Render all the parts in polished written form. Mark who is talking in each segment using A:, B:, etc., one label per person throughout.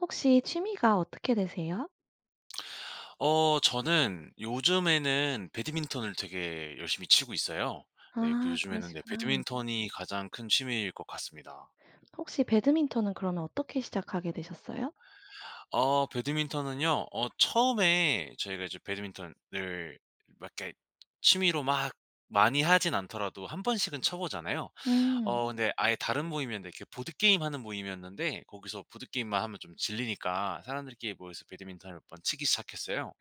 A: 혹시 취미가 어떻게 되세요?
B: 저는 요즘에는 배드민턴을 되게 열심히 치고 있어요. 네, 그
A: 아
B: 요즘에는 네,
A: 그러시구나.
B: 배드민턴이 가장 큰 취미일 것 같습니다.
A: 혹시 배드민턴은 그러면 어떻게 시작하게 되셨어요?
B: 배드민턴은요, 처음에 저희가 이제 배드민턴을 막 이렇게 취미로 막 많이 하진 않더라도 한 번씩은 쳐 보잖아요.
A: 음.
B: 근데 아예 다른 모임이었는데 이렇게 보드게임 하는 모임이었는데 거기서 보드게임만 하면 좀 질리니까 사람들끼리 모여서 배드민턴을 몇 번 치기 시작했어요.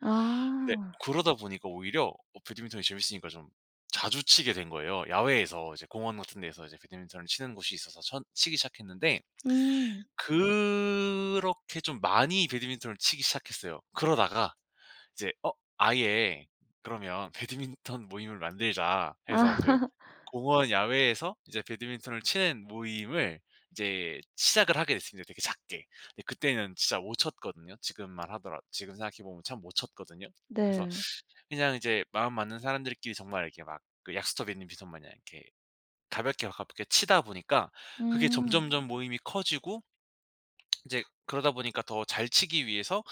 B: 근데
A: 아.
B: 그러다 보니까 오히려 배드민턴이 재밌으니까 좀 자주 치게 된 거예요. 야외에서 이제 공원 같은 데서 이제 배드민턴을 치는 곳이 있어서 천 치기 시작했는데
A: 음.
B: 그렇게 좀 많이 배드민턴을 치기 시작했어요. 그러다가 이제 아예 그러면 배드민턴 모임을 만들자." 해서
A: 아
B: 그 공원 야외에서 이제 배드민턴을 치는 모임을 이제 시작을 하게 됐습니다, 되게 작게. 근데 그때는 진짜 못 쳤거든요. 지금만 하더라 지금 생각해 보면 참 못 쳤거든요. 그래서
A: 네.
B: 그냥 이제 마음 맞는 사람들끼리 정말 이렇게 막 그 약수터 배드민턴 마냥 이렇게 가볍게 가볍게 치다 보니까 그게
A: 음.
B: 점점점 모임이 커지고 이제 그러다 보니까 더 잘 치기 위해서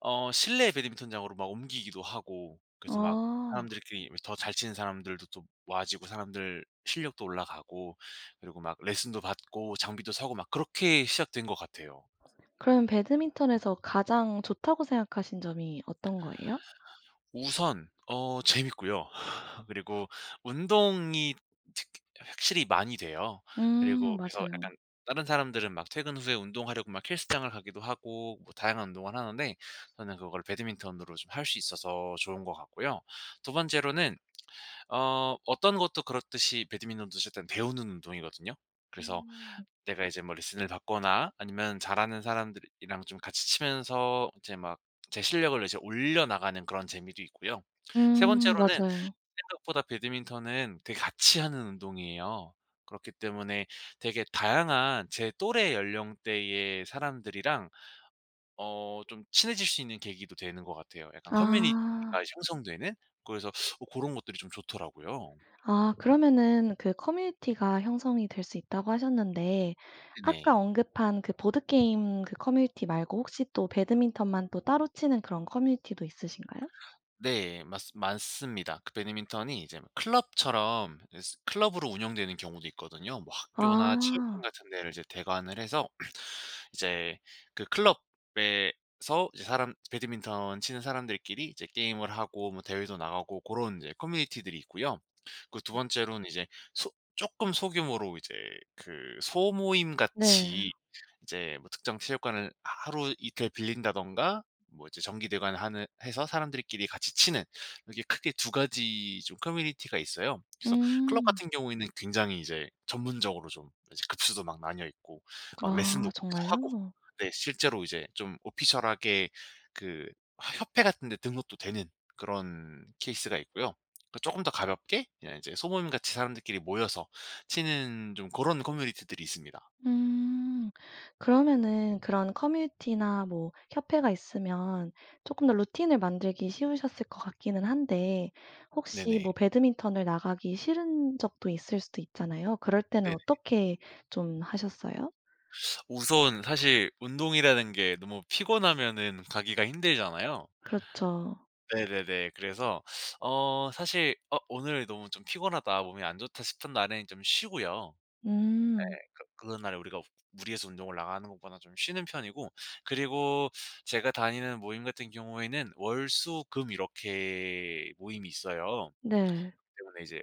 B: 실내 배드민턴장으로 막 옮기기도 하고 그래서 막
A: 아.
B: 사람들끼리 더 잘 치는 사람들도 또 모아지고 사람들 실력도 올라가고 그리고 막 레슨도 받고 장비도 사고 막 그렇게 시작된 것 같아요.
A: 그럼 배드민턴에서 가장 좋다고 생각하신 점이 어떤 거예요?
B: 우선 재밌고요. 그리고 운동이 특 확실히 많이 돼요. 그리고 그래서
A: 맞아요.
B: 약간 다른 사람들은 막 퇴근 후에 운동하려고 막 헬스장을 가기도 하고 뭐 다양한 운동을 하는데 저는 그걸 배드민턴으로 좀 할 수 있어서 좋은 것 같고요. 두 번째로는 어떤 것도 그렇듯이 배드민턴도 어쨌든 배우는 운동이거든요. 그래서
A: 음
B: 내가 이제 뭐 레슨을 받거나 아니면 잘하는 사람들이랑 좀 같이 치면서 이제 막 제 실력을 이제 올려나가는 그런 재미도 있고요. 세 번째로는
A: 맞아요.
B: 생각보다 배드민턴은 되게 같이 하는 운동이에요. 그렇기 때문에 되게 다양한 제 또래 연령대의 사람들이랑 좀 친해질 수 있는 계기도 되는 것 같아요. 약간 커뮤니티가
A: 아.
B: 형성되는? 그래서 어런 것들이 좀 좋더라고요.
A: 아 그러면은 그 커뮤니티가 형성이 될 수 있다고 하셨는데 아까
B: 네네.
A: 언급한 그 보드 게임 그 커뮤니티 말고 혹시 또 배드민턴만 또 따로 치는 그런 커뮤니티도 있으신가요?
B: 네, 맞 많습니다. 그 배드민턴이 이제 막 클럽처럼 클럽으로 운영되는 경우도 있거든요. 뭐 학교나 체육관
A: 아.
B: 같은 데를 이제 대관을 해서 이제 그 클럽에서 이제 사람 배드민턴 치는 사람들끼리 이제 게임을 하고 뭐 대회도 나가고 그런 이제 커뮤니티들이 있고요. 그 두 번째로는 이제 소쪼 소규모로 이제 그 소모임
A: 네.
B: 같이 이제 뭐 특정 체육관을 하루 이틀 빌린다든가 뭐 이제 전기대관 하는 해서 사람들끼리 같이 치는 이렇게 크게 두 가지 좀 커뮤니티가 있어요. 그래서 클럽
A: 음.
B: 같은 경우에는 굉장히 이제 전문적으로 좀 이제 급수도 막 나뉘어 있고 막 레슨도
A: 아
B: 거기서 하고
A: 정말요?
B: 네, 실제로 이제 좀 오피셜하게 그 협회 같은 데 등록도 되는 그런 케이스가 있고요. 그금더 가볍게 그냥 이제 소모임 같이 사람들끼리 모여서 치는 좀 그런 커뮤니티들이 있습니다.
A: 음. 그러면은 그런 커뮤니티나 뭐 협회가 있으면 조금 더 루틴을 만들기 쉬우셨을 것 같기는 한데 혹시
B: 네네.
A: 뭐 배드민턴을 나가기 싫은 적도 있을 수도 있잖아요. 그럴 때는
B: 네.
A: 어떻게 좀 하셨어요?
B: 우선 사실 운동이라는 게 너무 피곤하면은 가기가 힘들잖아요.
A: 그렇죠.
B: 네네네. 그래서 사실 오늘 너무 좀 피곤하다. 몸이 안 좋다.' 싶은 날에는 좀 쉬고요.
A: 음.
B: 그런 날에 우리가 무리해서 운동을 나가는 것보다 좀 쉬는 편이고 그리고 제가 다니는 모임 같은 경우에는 월, 수, 금 이렇게 모임이 있어요.
A: 네.
B: 때문에 이제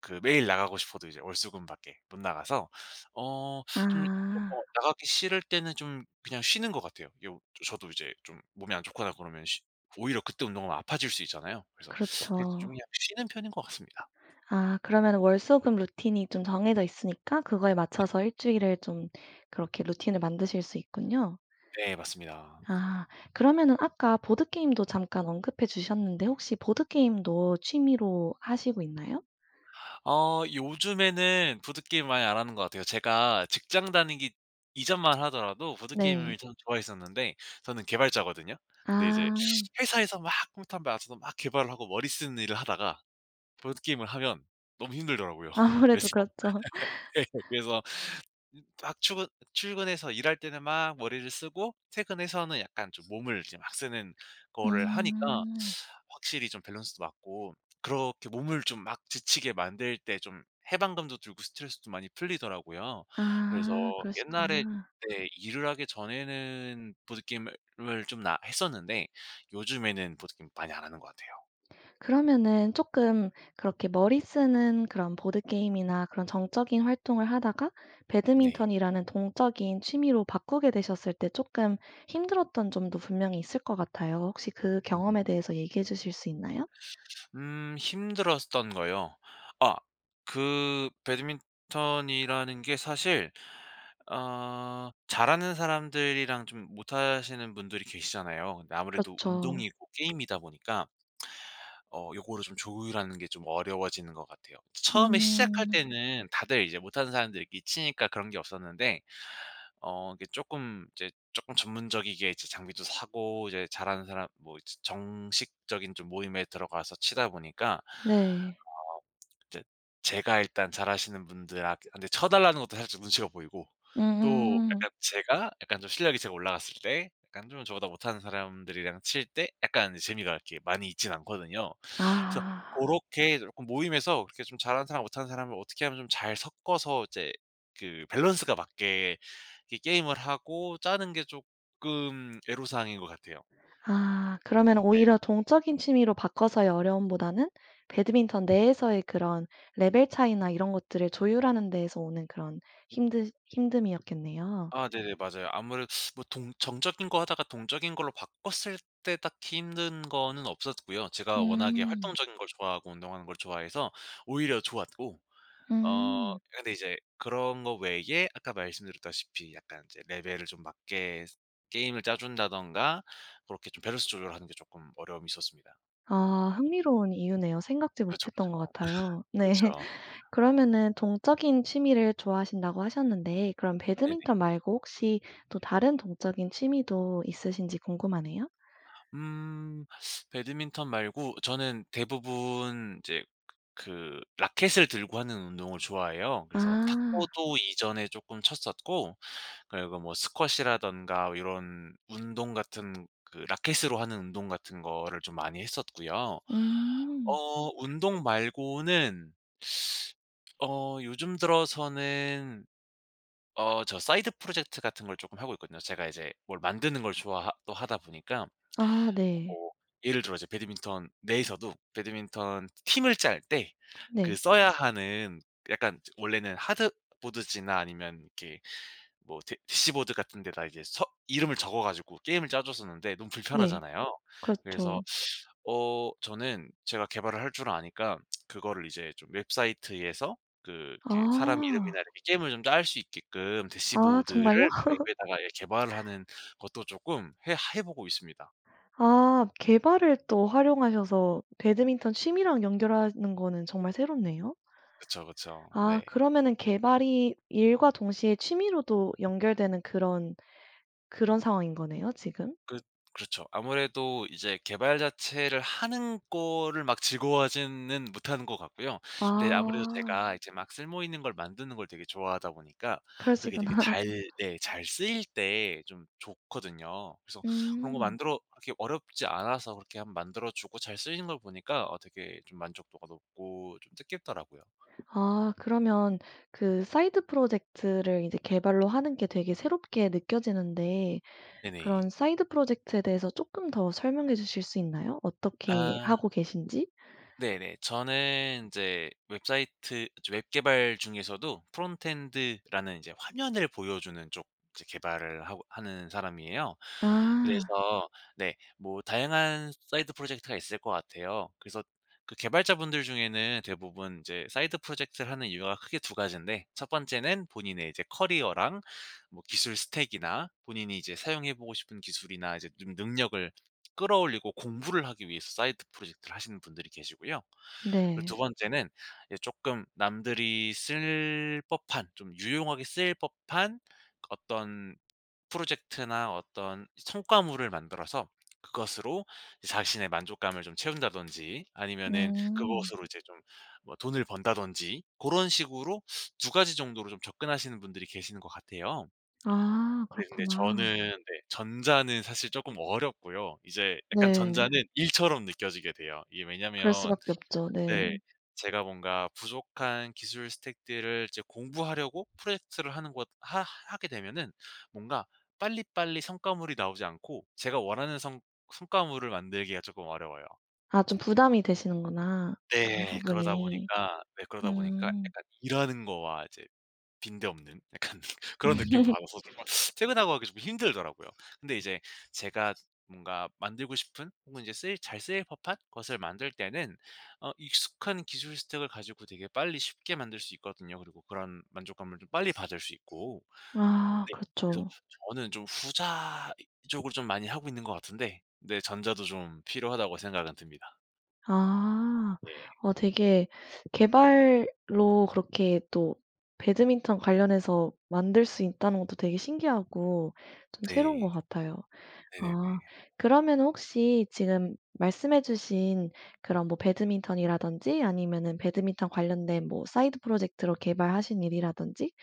B: 그 매일 나가고 싶어도 이제 월수금밖에 못 나가서 어 좀
A: 아.
B: 나가기 싫을 때는 좀 그냥 쉬는 것 같아요. 요 저도 이제 좀 몸이 안 좋거나 그러면 쉬 오히려 그때 운동하면 아파질 수 있잖아요. 그래서 그럴 때 좀
A: 그렇죠.
B: 그냥 쉬는 편인 것 같습니다.
A: 아 그러면은 월수금 루틴이 좀 정해져 있으니까 그거에 맞춰서 일 주일을 좀 그렇게 루틴을 만드실 수 있군요.
B: 네, 맞습니다.
A: 아 그러면은 아까 보드게임도 잠깐 언급해 주셨는데 혹시 보드게임도 취미로 하시고 있나요?
B: 요즘에는 보드게임 많이 안 하는 것 같아요. 제가 직장 다니기 이전만 하더라도
A: 네.
B: 보드게임을 참 좋아했었는데 저는 개발자거든요. 근데 이제
A: 아
B: 회사에서 막 컴퓨터 1대앉아서 막 개발을 하고 머리 쓰는 일을 하다가 보드 게임을 하면 너무 힘들더라고요. 그래서
A: 아무래도 그렇죠.
B: 예, 그래서 막 출근해서 일할 때는 막 머리를 쓰고 퇴근해서는 약간 좀 몸을 이제 막 쓰는 거를 하니까
A: 음.
B: 확실히 좀 밸런스도 맞고 그렇게 몸을 좀 막 지치게 만들 때 좀 해방감도 들고 스트레스도 많이 풀리더라고요. 그래서
A: 아
B: 옛날에
A: 그러시구나.
B: 네, 일을 하기 전에는 보드 게임을 좀 나 했었는데 요즘에는 보드 게임 많이 안 하는 것 같아요.
A: 그러면은 조금 그렇게 머리 쓰는 그런 보드게임이나 그런 정적인 활동을 하다가
B: 네.
A: 배드민턴이라는 동적인 취미로 바꾸게 되셨을 때 조금 힘들었던 점도 분명히 있을 것 같아요. 혹시 그 경험에 대해서 얘기해 주실 수 있나요?
B: 음, 힘들었던 거요. 아, 그 배드민턴이라는 게 사실 잘하는 사람들이랑 좀 못하시는 분들이 계시잖아요. 근데 아무래도
A: 그렇죠.
B: 운동이고 게임이다 보니까 요거를 좀 조율하는 게 좀 어려워지는 것 같아요. 처음에 시작할
A: 음.
B: 때는 다들 이제 못하는 사람들끼리 치니까 그런 게 없었는데 이게 조금 이제 조금 전문적이게 이제 장비도 사고 이제 잘하는 사람 뭐 이제 정식적인 좀 모임에 들어가서 치다 보니까
A: 네.
B: 이제 제가 일단 잘하시는 분들한테 쳐 달라는 것도 살짝 눈치가 보이고 또
A: 음.
B: 약간 제가 약간 좀 실력이 제가 올라갔을 때 약간 좀 저보다 못하는 사람들이랑 칠 때 약간 이제 재미가 이렇게 많이 있진 않거든요. 그래서
A: 아.
B: 그렇게 조금 모임에서 그렇게 좀 잘하는 사람 못하는 사람을 어떻게 하면 좀 잘 섞어서 이제 그 밸런스가 맞게 이 게임을 하고 짜는 게 조금 애로사항인 것 같아요.
A: 아 그러면
B: 네.
A: 오히려 동적인 취미로 바꿔서의 어려움보다는 배드민턴 내에서의 그런 레벨 차이나 이런 것들을 조율하는 데에서 오는 그런 힘드 힘듦이었겠네요.
B: 아, 네네. 맞아요. 아무래도 뭐 동 정적인 거 하다가 동적인 걸로 바꿨을 때 딱히 힘든 거는 없었고요. 제가 워낙에
A: 음.
B: 활동적인 걸 좋아하고 운동하는 걸 좋아해서 오히려 좋았고
A: 음.
B: 근데 이제 그런 거 외에 아까 말씀드렸다시피 약간 이제 레벨을 좀 맞게 게임을 짜 준다든가 그렇게 좀 밸런스 조절하는 게 조금 어려움이 있었습니다.
A: 아 흥미로운 이유네요. 생각지
B: 그렇
A: 못했던 것
B: 그
A: 같아요.
B: 그렇
A: 네.
B: 죠
A: 그러면은 동적인 취미를 좋아하신다고 하셨는데 그럼
B: 네
A: 배드민턴 말고 혹시 또 다른 동적인 취미도 있으신지 궁금하네요.
B: 음. 배드민턴 말고 저는 대부분 이제 그 라켓을 들고 하는 운동을 좋아해요. 그래서
A: 아.
B: 탁구도 이전에 조금 쳤었고 그리고 뭐 스쿼시라든가 이런 운동 같은 그 라켓으로 하는 운동 같은 거를 좀 많이 했었고요.
A: 음.
B: 어 운동 말고는 요즘 들어서는 저 사이드 프로젝트 같은 걸 조금 하고 있거든요. 제가 이제 뭘 만드는 걸 좋아 또 하다 보니까
A: 아 네.
B: 뭐 예를 들어 이제 배드민턴 내에서도 배드민턴 팀을 짤 때 그
A: 네.
B: 써야 하는 약간 원래는 하드보드지나 아니면 이렇게 뭐 대 대시보드 같은 데다 이제 서 이름을 적어 가지고 게임을 짜 줬었는데 너무
A: 네.
B: 불편하잖아요. 그래서
A: 그렇죠.
B: 저는 제가 개발을 할 줄 아니까 그거를 이제 좀 웹사이트에서 그 이렇게 사람
A: 아.
B: 이름이나 이렇게 게임을 좀 짤 수 있게끔
A: 아
B: 대시보드를
A: 정말요?
B: 웹에다가 예, 개발을 하는 것도 쪼끔 해 보고 있습니다.
A: 아 개발을 또 활용하셔서 배드민턴 취미랑 연결하는 거는 정말 새롭네요.
B: 그쵸, 그쵸.
A: 아
B: 네.
A: 그러면은 개발이 일과 동시에 취미로도 연결되는 그런 상황인 거네요 지금?
B: 그 그렇죠. 아무래도 이제 개발 자체를 하는 거를 막 즐거워하지는 못하는 것 같고요. 근데 아무래도
A: 아
B: 제가 이제 막 쓸모 있는 걸 만드는 걸 되게 좋아하다 보니까 그게
A: 그러시구나.
B: 되게 잘 네, 잘 쓰일 때 좀 좋거든요. 그래서 그런 거
A: 음.
B: 만들어 그렇게 어렵지 않아서 그렇게 한번 만들어 주고 잘 쓰이는 걸 보니까 되게 좀 만족도가 높고 좀 뜻깊더라고요.
A: 아 그러면 그 사이드 프로젝트를 이제 개발로 하는 게 되게 새롭게 느껴지는데 그런
B: 네네.
A: 사이드 프로젝트에 대해서 조금 더 설명해 주실 수 있나요? 어떻게
B: 아.
A: 하고 계신지?
B: 네네. 저는 이제 웹사이트 웹 개발 중에서도 프론트엔드라는 이제 화면을 보여주는 쪽 이제 개발을 하고 하는 사람이에요.
A: 아
B: 그래서 네, 뭐 다양한 사이드 프로젝트가 있을 것 같아요. 그래서 그 개발자분들 중에는 대부분 이제 사이드 프로젝트를 하는 이유가 크게 두 가지인데 첫 번째는 본인의 이제 커리어랑 뭐 기술 스택이나 본인이 이제 사용해 보고 싶은 기술이나 이제 좀 능력을 끌어올리고 공부를 하기 위해서 사이드 프로젝트를 하시는 분들이 계시고요. 그리고 두
A: 네.
B: 번째는 이제 쪼끔 남들이 쓸 법한 좀 유용하게 쓰일 법한 어떤 프로젝트나 어떤 성과물을 만들어서 그것으로 자신의 만족감을 좀 채운다든지 아니면은
A: 음.
B: 그것으로 이제 좀 뭐 돈을 번다든지 고런 식으로 두 가지 정도로 좀 접근하시는 분들이 계시는 것 같아요.
A: 아
B: 네, 근데
A: 그렇구나.
B: 저는 네, 전자는 사실 쪼끔 어렵고요. 이제 약간
A: 네.
B: 전자는 일처럼 느껴지게 돼요. 이게
A: 그럴
B: 왜냐면
A: 수밖에 없죠. 네.
B: 네, 제가 뭔가 부족한 기술 스택들을 이제 공부하려고 프로젝트를 하는 것 하 하게 되면은 뭔가 빨리빨리 성과물이 나오지 않고 제가 원하는 성 성과물을 만들기가 쪼끔 어려워요.
A: 아 좀 부담이 되시는구나, 그런
B: 네. 그러다
A: 부분이.
B: 보니까 네, 그러다 보니까
A: 음.
B: 약간 일하는 거와 이제 빈대없는 약간 그런 느낌을 받아서 조금 퇴근하고 하기 좀 힘들더라고요. 근데 이제 제가 뭔가 만들고 싶은 혹은 이제 쓰일 잘 쓰일 법한 것을 만들 때는 익숙한 기술 스택을 가지고 되게 빨리 쉽게 만들 수 있거든요. 그리고 그런 만족감을 좀 빨리 받을 수 있고.
A: 아
B: 네. 그래서
A: 그렇죠.
B: 저는 좀 후자 쪽으로 좀 많이 하고 있는 것 같은데 네, 전자도 좀 필요하다고 생각은 듭니다.
A: 아.
B: 예.
A: 어 되게 개발로 그렇게 또 배드민턴 관련해서 만들 수 있다는 것도 되게 신기하고 좀 새로운 것
B: 네.
A: 같아요.
B: 네네네.
A: 아. 그러면 혹시 지금 말씀해 주신 그런 뭐 배드민턴이라든지 아니면은 배드민턴 관련된 뭐 사이드 프로젝트로 개발하신 일이라든지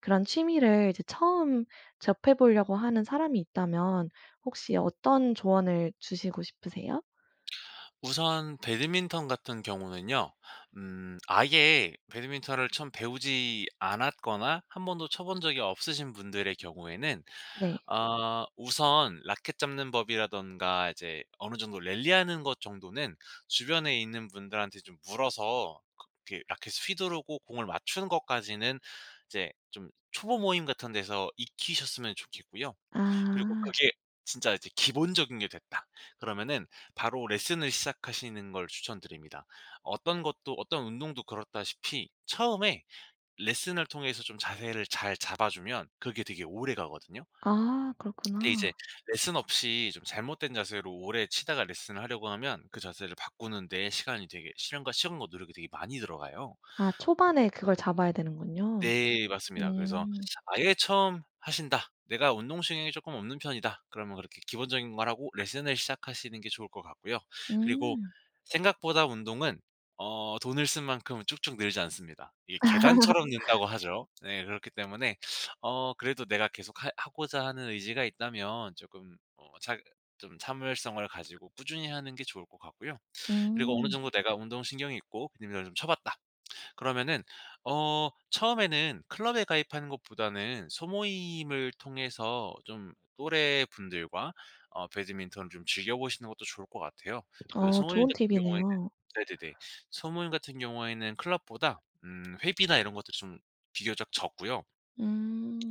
A: 그런 취미를 이제 처음 접해 보려고 하는 사람이 있다면 혹시 어떤 조언을 주시고 싶으세요?
B: 우선 배드민턴 같은 경우는요. 음, 아예 배드민턴을 처음 배우지 않았거나 한 번도 쳐본 적이 없으신 분들의 경우에는
A: 네.
B: 어, 우선 라켓 잡는 법이라든가 이제 어느 정도 랠리하는 것 정도는 주변에 있는 분들한테 좀 물어서 그 이렇게 라켓을 휘두르고 공을 맞추는 것까지는 이제 좀 초보 모임 같은 데서 익히셨으면 좋겠고요. 그리고
A: 아.
B: 그게 진짜 이제 기본적인 게 됐다. 그러면은 바로 레슨을 시작하시는 걸 추천드립니다. 어떤 것도 어떤 운동도 그렇다시피 처음에 레슨을 통해서 좀 자세를 잘 잡아주면 그게 되게 오래가거든요.
A: 아
B: 근데 이제
A: 그렇구나.
B: 레슨 없이 좀 잘못된 자세로 오래 치다가 레슨을 하려고 하면 그 자세를 바꾸는 데 시간이 되게 시간과 노력이 되게 많이 들어가요.
A: 아 초반에 그걸 잡아야 되는군요.
B: 네, 맞습니다. 그래서
A: 음.
B: 아예 처음 하신다. '내가 운동신경이 조금 없는 편이다.' 그러면 그렇게 기본적인 걸 하고 레슨을 시작하시는 게 좋을 것 같고요. 그리고
A: 음.
B: 생각보다 운동은 돈을 쓴 만큼은 쭉쭉 늘지 않습니다. 이게 계단처럼 는다고 하죠. 네, 그렇기 때문에 그래도 내가 계속 하 하고자 하는 의지가 있다면 조금 자, 좀 참을성을 가지고 꾸준히 하는 게 좋을 것 같고요. 그리고 어느
A: 음.
B: 정도 내가 운동신경이 있고 근육량을 좀 쳐봤다. 그러면은 처음에는 클럽에 가입하는 것보다는 소모임을 통해서 좀 또래분들과 배드민턴을 좀 즐겨 보시는 것도 좋을 것 같아요. 그
A: 어
B: 소모임
A: 좋은
B: 같은 경우에는
A: 팁이네요.
B: 네네네. 소모임 같은 경우에는 클럽보다 음, 회비나 이런 것들이 좀 비교적 적고요.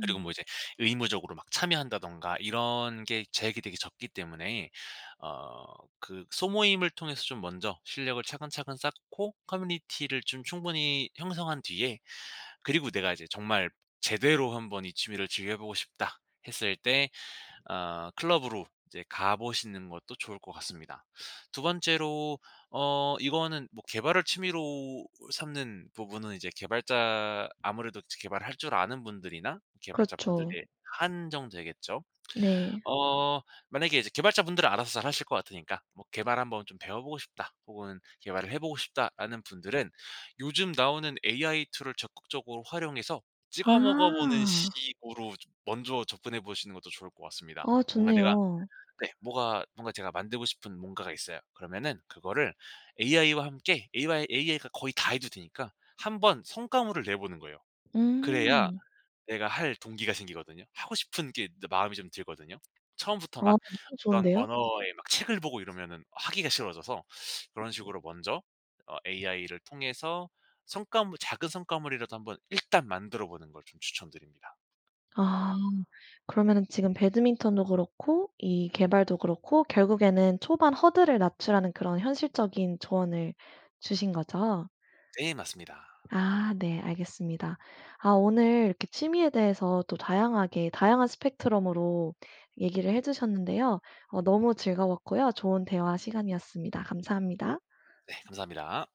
B: 그리고 뭐 이제 의무적으로 막 참여한다든가 이런 게 제약이 되게 적기 때문에 어 그 소모임을 통해서 좀 먼저 실력을 차근차근 쌓고 커뮤니티를 좀 충분히 형성한 뒤에 그리고 '내가 이제 정말 제대로 한번 이 취미를 즐겨 보고 싶다.' 했을 때 아, 클럽으로 이제 가 보시는 것도 좋을 것 같습니다. 두 번째로 이거는 뭐 개발을 취미로 삼는 부분은 이제 개발자 아무래도 개발할 줄 아는 분들이나 개발자분들
A: 그렇죠.
B: 이 한정되겠죠.
A: 네.
B: 어 만약에 이제 개발자분들은 알아서 잘 하실 것 같으니까 뭐 '개발 한번 좀 배워보고 싶다.' 혹은 '개발을 해 보고 싶다.'라는 분들은 요즘 나오는 AI 툴을 적극적으로 활용해서 찍어 먹어 보는
A: 아.
B: 식으로 좀 먼저 접근해 보시는 것도 좋을 것 같습니다.
A: 아
B: 뭔가 내가
A: 좋네요.
B: 네, 뭐가 뭔가 제가 만들고 싶은 뭔가가 있어요. 그러면은 그거를 AI와 함께 AI AI가 거의 다 해 주니까 한번 성과물을 내 보는 거예요. 그래야
A: 음.
B: 내가 할 동기가 생기거든요. 하고 싶은 게 이제 마음이 좀 들거든요. 처음부터
A: 아
B: 막
A: 너무
B: 어떤
A: 좋은데요?
B: 언어의 막 책을 보고 이러면은 하기가 싫어져서 그런 식으로 먼저 AI를 통해서 성과물 작은 성과물이라도 한번 일단 만들어 보는 걸 좀 추천드립니다.
A: 아 그러면은 지금 배드민턴도 그렇고 이 개발도 그렇고 결국에는 초반 허들을 낮추라는 그런 현실적인 조언을 주신 거죠?
B: 네, 맞습니다.
A: 아 네 알겠습니다. 아 오늘 이렇게 취미에 대해서 또 다양하게 다양한 스펙트럼으로 얘기를 해 주셨는데요. 어 너무 즐거웠고요. 좋은 대화 시간이었습니다. 감사합니다.
B: 네, 감사합니다.